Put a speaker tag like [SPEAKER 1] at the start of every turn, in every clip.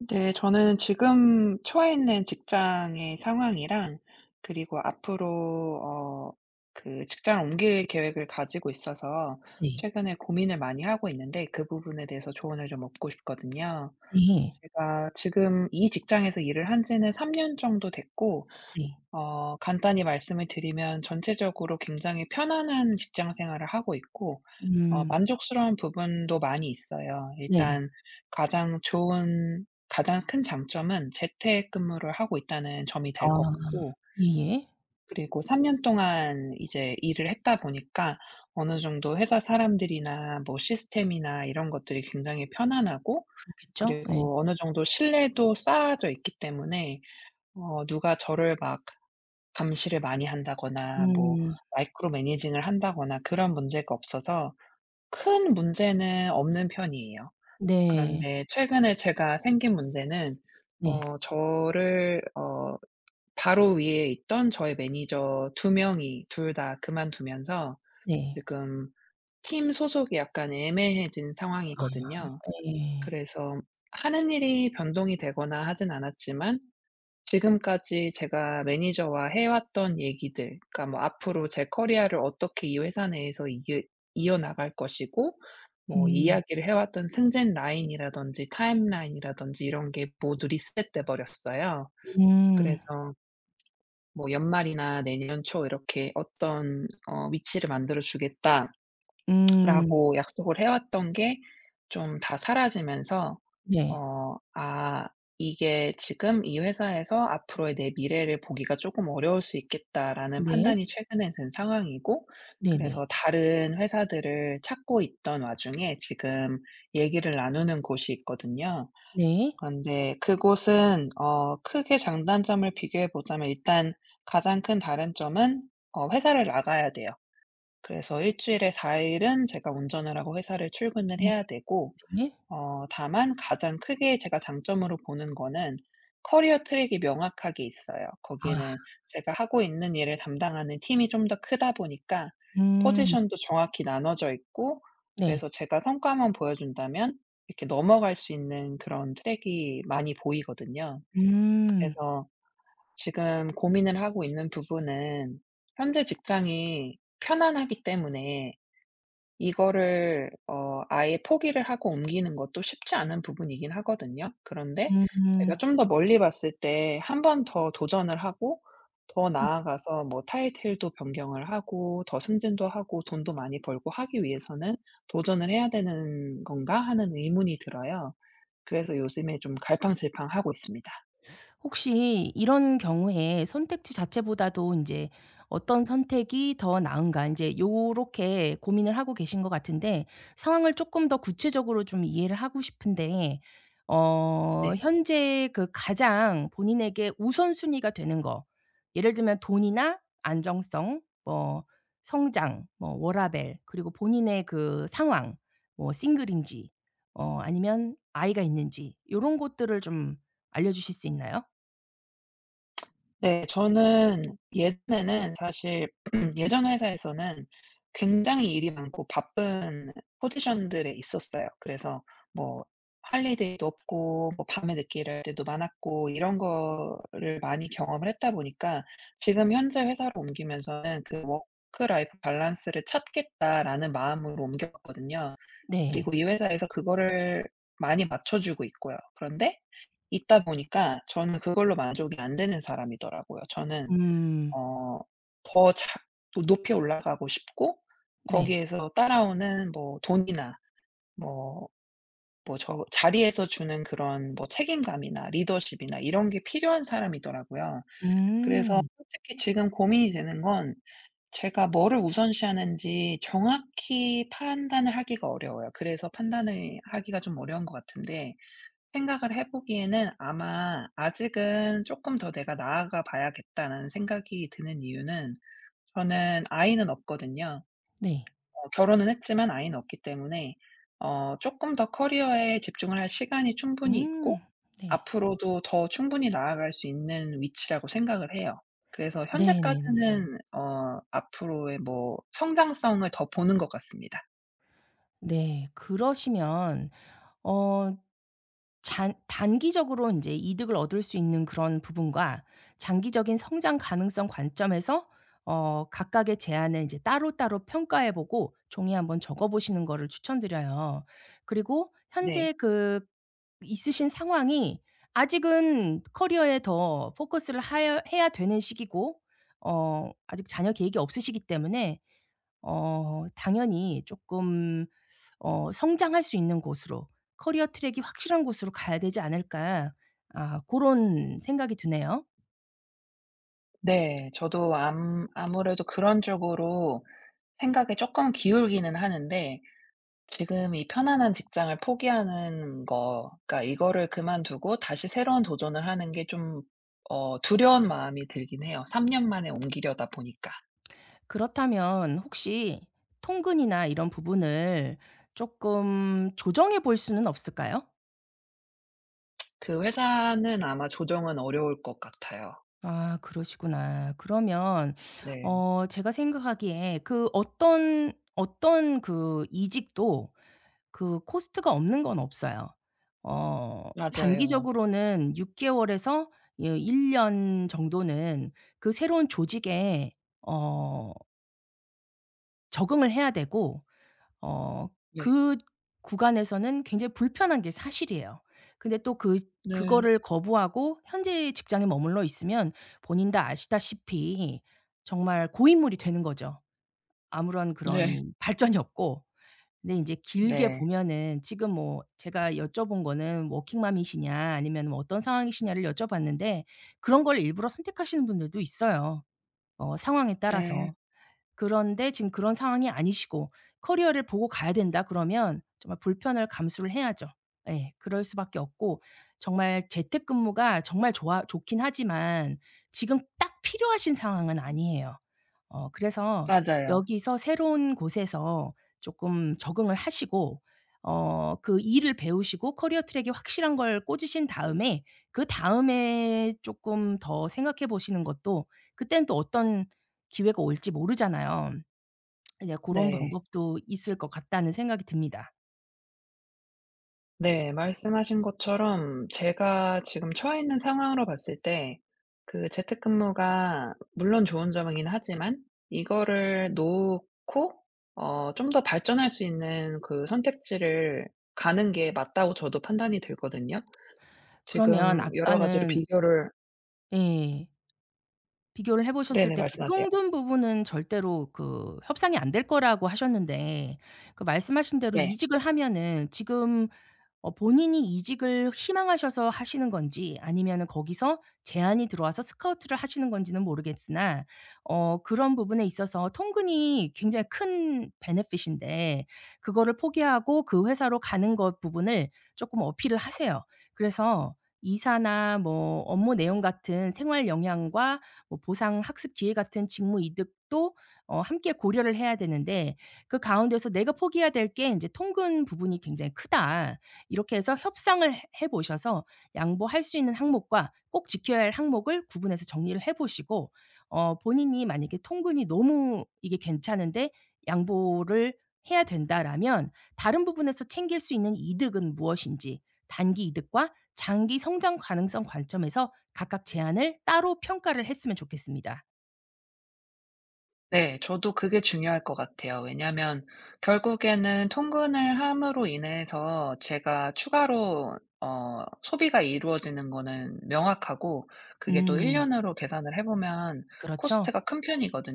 [SPEAKER 1] 네. 저는 지금 처해 있는 직장의 상황이랑 그리고 앞으로 어 그 직장을 옮길 계획을 가지고 있어서
[SPEAKER 2] 네.
[SPEAKER 1] 최근에 고민을 많이 하고 있는데 그 부분에 대해서 조언을 좀 얻고 싶거든요.
[SPEAKER 2] 네.
[SPEAKER 1] 제가 지금 이 직장에서 일을 한 지는 3년 정도 됐고
[SPEAKER 2] 네.
[SPEAKER 1] 간단히 말씀을 드리면 전체적으로 굉장히 편안한 직장 생활을 하고 있고
[SPEAKER 2] 음.
[SPEAKER 1] 만족스러운 부분도 많이 있어요.
[SPEAKER 2] 네.
[SPEAKER 1] 일단 가장 큰 장점은 재택근무를 하고 있다는 점이
[SPEAKER 2] 아.
[SPEAKER 1] 될 것 같고
[SPEAKER 2] 예예.
[SPEAKER 1] 그리고 3년 동안 이제 일을 했다 보니까 어느 정도 회사 사람들이나 뭐 시스템이나 이런 것들이 굉장히 편안하고
[SPEAKER 2] 그렇겠죠? 예.
[SPEAKER 1] 그리고 어느 정도 신뢰도 쌓아져 있기 때문에 누가 저를 막 감시를 많이 한다거나 뭐
[SPEAKER 2] 음.
[SPEAKER 1] 마이크로 매니징을 한다거나 그런 문제가 없어서 큰 문제는 없는 편이에요.
[SPEAKER 2] 네.
[SPEAKER 1] 그런데 최근에 제가 생긴 문제는
[SPEAKER 2] 네.
[SPEAKER 1] 저를 바로 위에 있던 저의 매니저 두 명이 둘 다 그만두면서
[SPEAKER 2] 네.
[SPEAKER 1] 지금 팀 소속이 약간 애매해진 상황이거든요.
[SPEAKER 2] 아 예.
[SPEAKER 1] 그래서 하는 일이 변동이 되거나 하진 않았지만 지금까지 제가 매니저와 해왔던 얘기들, 그러니까 뭐 앞으로 제 커리어를 어떻게 이 회사 내에서 이어나갈 것이고 뭐
[SPEAKER 2] 음.
[SPEAKER 1] 이야기를 해왔던 승진 라인이라든지 타임라인이라든지 이런 게 모두 리셋돼 버렸어요. 그래서
[SPEAKER 2] 음.
[SPEAKER 1] 뭐 "연말이나 내년 초 이렇게 어떤 위치를 만들어 주겠다."라고
[SPEAKER 2] 음.
[SPEAKER 1] 약속을 해왔던 게 좀 다 사라지면서
[SPEAKER 2] 네.
[SPEAKER 1] 어 아 '이게 지금 이 회사에서 앞으로의 내 미래를 보기가 조금 어려울 수 있겠다.'라는
[SPEAKER 2] 네.
[SPEAKER 1] 판단이 최근에 든 상황이고, 그래서
[SPEAKER 2] 네네.
[SPEAKER 1] 다른 회사들을 찾고 있던 와중에 지금 얘기를 나누는 곳이 있거든요.
[SPEAKER 2] 네.
[SPEAKER 1] 그런데 그곳은 크게 장단점을 비교해 보자면 일단 가장 큰 다른 점은 회사를 나가야 돼요. 그래서 일 주일에 4일 일은 제가 운전을 하고 회사를 출근을
[SPEAKER 2] 음
[SPEAKER 1] 해야 되고
[SPEAKER 2] 네.
[SPEAKER 1] 다만 가장 크게 제가 장점으로 보는 거는 커리어 트랙이 명확하게 있어요.
[SPEAKER 2] 아.
[SPEAKER 1] 거기에는 제가 하고 있는 일을 담당하는 팀이 좀 더 크다 보니까
[SPEAKER 2] 음.
[SPEAKER 1] 포지션도 정확히 나눠져 있고,
[SPEAKER 2] 네.
[SPEAKER 1] 그래서 제가 성과만 보여준다면 이렇게 넘어갈 수 있는 그런 트랙이 많이 보이거든요.
[SPEAKER 2] 음.
[SPEAKER 1] 그래서 지금 고민을 하고 있는 부분은, 현재 직장이 편안하기 때문에 이거를 아예 포기를 하고 옮기는 것도 쉽지 않은 부분이긴 하거든요. 그런데 제가
[SPEAKER 2] 음.
[SPEAKER 1] 좀 더 멀리 봤을 때 한 번 더 도전을 하고 더 나아가서 뭐 타이틀도 변경을 하고 더 승진도 하고 돈도 많이 벌고 하기 위해서는 '도전을 해야 되는 건가?' 하는 의문이 들어요. 그래서 요즘에 좀 갈팡질팡하고 있습니다.
[SPEAKER 2] 혹시 이런 경우에 선택지 자체보다도 인제 '어떤 선택이 더 나은가.' 인제 요렇게 고민을 하고 계신 것 같은데 상황을 쪼끔 더 구체적으로 좀 이해를 하고 싶은데
[SPEAKER 1] 네.
[SPEAKER 2] 현재 그 가장 본인에게 우선순위가 되는 거 예를 들면 돈이나 안정성 뭐 성장 뭐 워라밸 그리고 본인의 그 상황 뭐 싱글인지 아니면 아이가 있는지 요런 것들을 좀 알려 주실 수 있나요?
[SPEAKER 1] 네. 저는 예전에는 사실 예전 회사에서는 굉장히 일이 많고 바쁜 포지션들에 있었어요. 그래서 뭐 할 일도 없고 뭐 밤에 늦게 일할 때도 많았고 이런 거를 많이 경험을 했다 보니까 지금 현재 회사로 옮기면서는 그 '워크 라이프 밸런스를 찾겠다.'라는 마음으로 옮겼거든요.
[SPEAKER 2] 네.
[SPEAKER 1] 그리고 이 회사에서 그거를 많이 맞춰주고 있고요. 그런데 있다 보니까 저는 그걸로 만족이 안 되는 사람이더라고요. 저는
[SPEAKER 2] 음.
[SPEAKER 1] 어 더 잘, 또 높이 올라가고 싶고
[SPEAKER 2] 네.
[SPEAKER 1] 거기에서 따라오는 뭐 돈이나 뭐 뭐 저 자리에서 주는 그런 뭐 책임감이나 리더십이나 이런 게 필요한 사람이더라고요. 그래서
[SPEAKER 2] 음.
[SPEAKER 1] 솔직히 지금 고민이 되는 건 제가 뭐를 우선시하는지 정확히 판단을 하기가 어려워요. 그래서 판단을 하기가 좀 어려운 것 같은데, 생각을 해 보기에는 아마 '아직은 쪼끔 더 내가 나아가 봐야겠다.'라는 생각이 드는 이유는 저는 아이는 없거든요.
[SPEAKER 2] 네.
[SPEAKER 1] 결혼은 했지만 아이는 없기 때문에 어금더 커리어에 집중을 할 시간이 충분히
[SPEAKER 2] 음.
[SPEAKER 1] 있고
[SPEAKER 2] 네.
[SPEAKER 1] 앞으로도 더 충분히 나아갈 수 있는 위치라고 생각을 해요. 그래서 네,
[SPEAKER 2] 네네네.
[SPEAKER 1] 현재까지는 앞으로의 뭐 성장성을 더 보는 것 같습니다.
[SPEAKER 2] 네. 그러시면 어 잔 단기적으로 이제 이득을 얻을 수 있는 그런 부분과 장기적인 성장 가능성 관점에서 각각의 제안을 이제 따로따로 평가해 보고 종이에 한번 적어 보시는 거를 추천드려요. 그리고
[SPEAKER 1] 네.
[SPEAKER 2] 현재 그 있으신 상황이 아직은 커리어에 더 포커스를 하여 해야 되는 시기고 아직 자녀 계획이 없으시기 때문에 당연히 조금 성장할 수 있는 곳으로 커리어 트랙이 확실한 곳으로 가야 되지 않을까 아 그런 생각이 드네요.
[SPEAKER 1] 네. 저도 암 아무래도 그런 쪽으로 생각에 조금 기울기는 하는데, 지금 이 편안한 직장을 포기하는 거, 그러니까 이거를 그만두고 다시 새로운 도전을 하는 게 좀 두려운 마음이 들긴 해요. 3년 만에 옮기려다 보니까.
[SPEAKER 2] 그렇다면 혹시 통근이나 이런 부분을 조금 조정해 볼 수는 없을까요?
[SPEAKER 1] 그 회사는 아마 조정은 어려울 것 같아요.
[SPEAKER 2] 아 그러시구나. 그러면
[SPEAKER 1] 네.
[SPEAKER 2] 제가 생각하기에 그 어떤 그 이직도 그 코스트가 없는 건 없어요.
[SPEAKER 1] 맞아요.
[SPEAKER 2] 단기적으로는 6 개월에서 예 1 년 정도는 그 새로운 조직에 어 적응을 해야 되고 어
[SPEAKER 1] 네.
[SPEAKER 2] 그 구간에서는 굉장히 불편한 게 사실이에요. 근데 또 그
[SPEAKER 1] 네.
[SPEAKER 2] 그거를 거부하고 현재 직장에 머물러 있으면 본인 다 아시다시피 정말 고인물이 되는 거죠. 아무런
[SPEAKER 1] 네.
[SPEAKER 2] 그런 발전이 없고 근데 인제 길게
[SPEAKER 1] 네.
[SPEAKER 2] 보면은 지금 뭐 제가 여쭤본 거는 워킹맘이시냐 아니면 뭐 어떤 상황이시냐를 여쭤봤는데 그런 걸 일부러 선택하시는 분들도 있어요, 상황에
[SPEAKER 1] 네.
[SPEAKER 2] 따라서. 그런데 지금 그런 상황이 아니시고 '커리어를 보고 가야 된다.' 그러면 정말 불편을 감수를 해야죠. 예. 그럴 수밖에 없고 정말 재택근무가 정말 좋아 좋긴 하지만 지금 딱 필요하신 상황은 아니에요. 그래서
[SPEAKER 1] 맞아요.
[SPEAKER 2] 여기서 새로운 곳에서 조금 적응을 하시고 그 일을 배우시고 커리어 트랙이 확실한 걸 꽂으신 다음에 그다음에 조금 더 생각해 보시는 것도 그때는 또 어떤 기회가 올지 모르잖아요. 이제 그런
[SPEAKER 1] 네.
[SPEAKER 2] 방법도 있을 것 같다는 생각이 듭니다.
[SPEAKER 1] 네. 말씀하신 것처럼 제가 지금 처해 있는 상황으로 봤을 때 그 재택근무가 물론 좋은 점이긴 하지만 이거를 놓고 좀 더 발전할 수 있는 그 선택지를 가는 게 맞다고 저도 판단이 들거든요.
[SPEAKER 2] 그러면
[SPEAKER 1] 지금 여러 가지로
[SPEAKER 2] 아까는
[SPEAKER 1] 비교를.
[SPEAKER 2] 예. 비교를 해 보셨을
[SPEAKER 1] 네네,
[SPEAKER 2] 때 그
[SPEAKER 1] 말씀하세요.
[SPEAKER 2] 통금 부분은 절대로 그 협상이 안 될 거라고 하셨는데 그 말씀하신 대로
[SPEAKER 1] 네.
[SPEAKER 2] 이직을 하면은 지금 본인이 이직을 희망하셔서 하시는 건지 아니면은 거기서 제안이 들어와서 스카우트를 하시는 건지는 모르겠으나 그런 부분에 있어서 통근이 굉장히 큰 베네핏인데 그거를 포기하고 그 회사로 가는 것 부분을 조금 어필을 하세요. 그래서 이사나 뭐 업무 내용 같은 생활 영향과 뭐 보상 학습 기회 같은 직무 이득도 함께 고려를 해야 되는데 그 가운데서 내가 포기해야 될 게 이제 통근 부분이 굉장히 크다. 이렇게 해서 협상을 해 보셔서 양보할 수 있는 항목과 꼭 지켜야 할 항목을 구분해서 정리를 해 보시고 본인이 만약에 통근이 너무 이게 괜찮은데 양보를 해야 된다라면 다른 부분에서 챙길 수 있는 이득은 무엇인지 단기 이득과 장기 성장 가능성 관점에서 각각 제안을 따로 평가를 했으면 좋겠습니다.
[SPEAKER 1] 네. 저도 그게 중요할 것 같아요. 왜냐하면 결국에는 통근을 함으로 인해서 제가 추가로 소비가 이루어지는 거는 명확하고 그게 또
[SPEAKER 2] 음.
[SPEAKER 1] 1년 년으로 계산을 해 보면
[SPEAKER 2] 그렇죠?
[SPEAKER 1] 코스트가 큰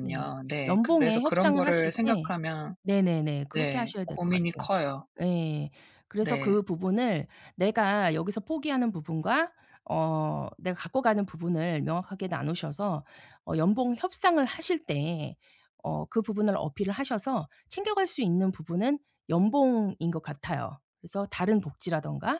[SPEAKER 2] 네.
[SPEAKER 1] 네. 그래서
[SPEAKER 2] 연봉에
[SPEAKER 1] 그런
[SPEAKER 2] 협상을 하실
[SPEAKER 1] 거를
[SPEAKER 2] 때
[SPEAKER 1] 생각하면.
[SPEAKER 2] 네네네. 그렇게
[SPEAKER 1] 네.
[SPEAKER 2] 하셔야 될 것
[SPEAKER 1] 고민이
[SPEAKER 2] 같아요.
[SPEAKER 1] 커요.
[SPEAKER 2] 예. 그래서
[SPEAKER 1] 네.
[SPEAKER 2] 그 부분을 내가 여기서 포기하는 부분과 내가 갖고 가는 부분을 명확하게 나누셔서 연봉 협상을 하실 때 그 부분을 어필을 하셔서 챙겨갈 수 있는 부분은 연봉인 것 같아요. 그래서 다른 복지라든가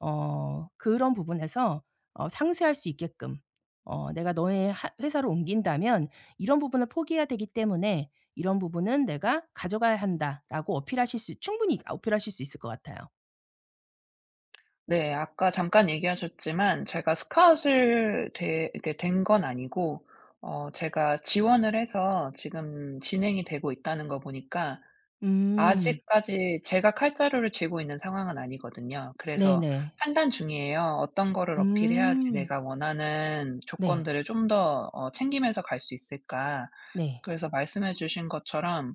[SPEAKER 2] 그런 부분에서 상쇄할 수 있게끔 "내가 너의 하 회사로 옮긴다면 이런 부분을 포기해야 되기 때문에 "이런 부분은 내가 가져가야 한다."라고 어필하실 수 충분히 어필하실 수 있을 것 같아요.
[SPEAKER 1] 네. 아까 잠깐 얘기하셨지만 제가 스카웃을 되 이렇게 된 건 아니고 제가 지원을 해서 지금 진행이 되고 있다는 거 보니까
[SPEAKER 2] 음.
[SPEAKER 1] 아직까지 제가 칼자루를 쥐고 있는 상황은 아니거든요. 그래서
[SPEAKER 2] 네네.
[SPEAKER 1] 판단 중이에요. '어떤 거를 어필해야지
[SPEAKER 2] 음.
[SPEAKER 1] 내가 원하는
[SPEAKER 2] 네.
[SPEAKER 1] 조건들을 좀 더 챙기면서 갈 수 있을까.'
[SPEAKER 2] 네.
[SPEAKER 1] 그래서 말씀해 주신 것처럼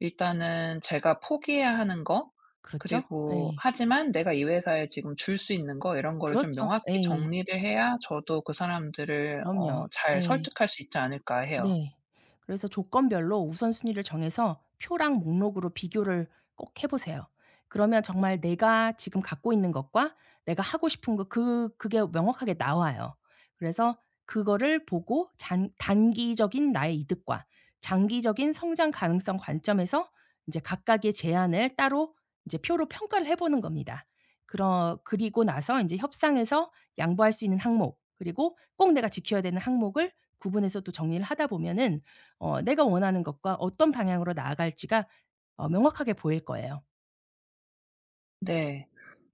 [SPEAKER 1] 일단은 제가 포기해야 하는 거,
[SPEAKER 2] 그렇죠.
[SPEAKER 1] 그리고
[SPEAKER 2] 예.
[SPEAKER 1] 하지만 내가 이 회사에 지금 줄 수 있는 거, 이런 거를 좀
[SPEAKER 2] 그렇죠.
[SPEAKER 1] 명확히
[SPEAKER 2] 예.
[SPEAKER 1] 정리를 해야 저도 그 사람들을
[SPEAKER 2] 그럼요.
[SPEAKER 1] 잘
[SPEAKER 2] 예.
[SPEAKER 1] 설득할 수 있지 않을까 해요.
[SPEAKER 2] 네. 그래서 조건별로 우선순위를 정해서 표랑 목록으로 비교를 꼭 해 보세요. 그러면 정말 내가 지금 갖고 있는 것과 내가 하고 싶은 것 그게 명확하게 나와요. 그래서 그거를 보고 잔 단기적인 나의 이득과 장기적인 성장 가능성 관점에서 이제 각각의 제안을 따로 이제 표로 평가를 해 보는 겁니다. 그러 그리고 나서 이제 협상에서 양보할 수 있는 항목 그리고 꼭 내가 지켜야 되는 항목을 구분해서 또 정리를 하다 보면은 내가 원하는 것과 어떤 방향으로 나아갈지가 명확하게 보일 거예요.
[SPEAKER 1] 네.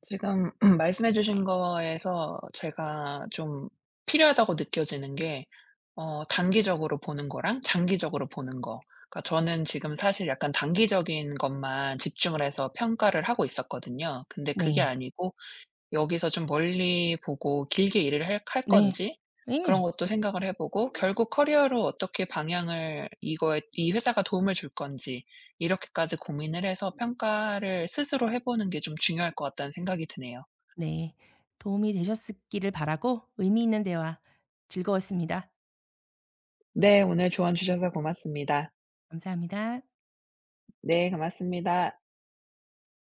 [SPEAKER 1] 지금 말씀해 주신 거에서 제가 좀 필요하다고 느껴지는 게 단기적으로 보는 거랑 장기적으로 보는 거. 그러니까 저는 지금 사실 약간 단기적인 것만 집중을 해서 평가를 하고 있었거든요. 근데 그게
[SPEAKER 2] 네.
[SPEAKER 1] 아니고 여기서 좀 멀리 보고 길게 일을 할
[SPEAKER 2] 네.
[SPEAKER 1] 건지, 그런
[SPEAKER 2] 예.
[SPEAKER 1] 것도 생각을 해 보고 결국 커리어로 어떻게 방향을, 이거에 이 회사가 도움을 줄 건지 이렇게까지 고민을 해서 평가를 스스로 해 보는 게 좀 중요할 것 같다는 생각이 드네요.
[SPEAKER 2] 네. 도움이 되셨기를 바라고 의미 있는 대화 즐거웠습니다.
[SPEAKER 1] 네. 오늘 조언 주셔서 고맙습니다.
[SPEAKER 2] 감사합니다.
[SPEAKER 1] 네. 고맙습니다.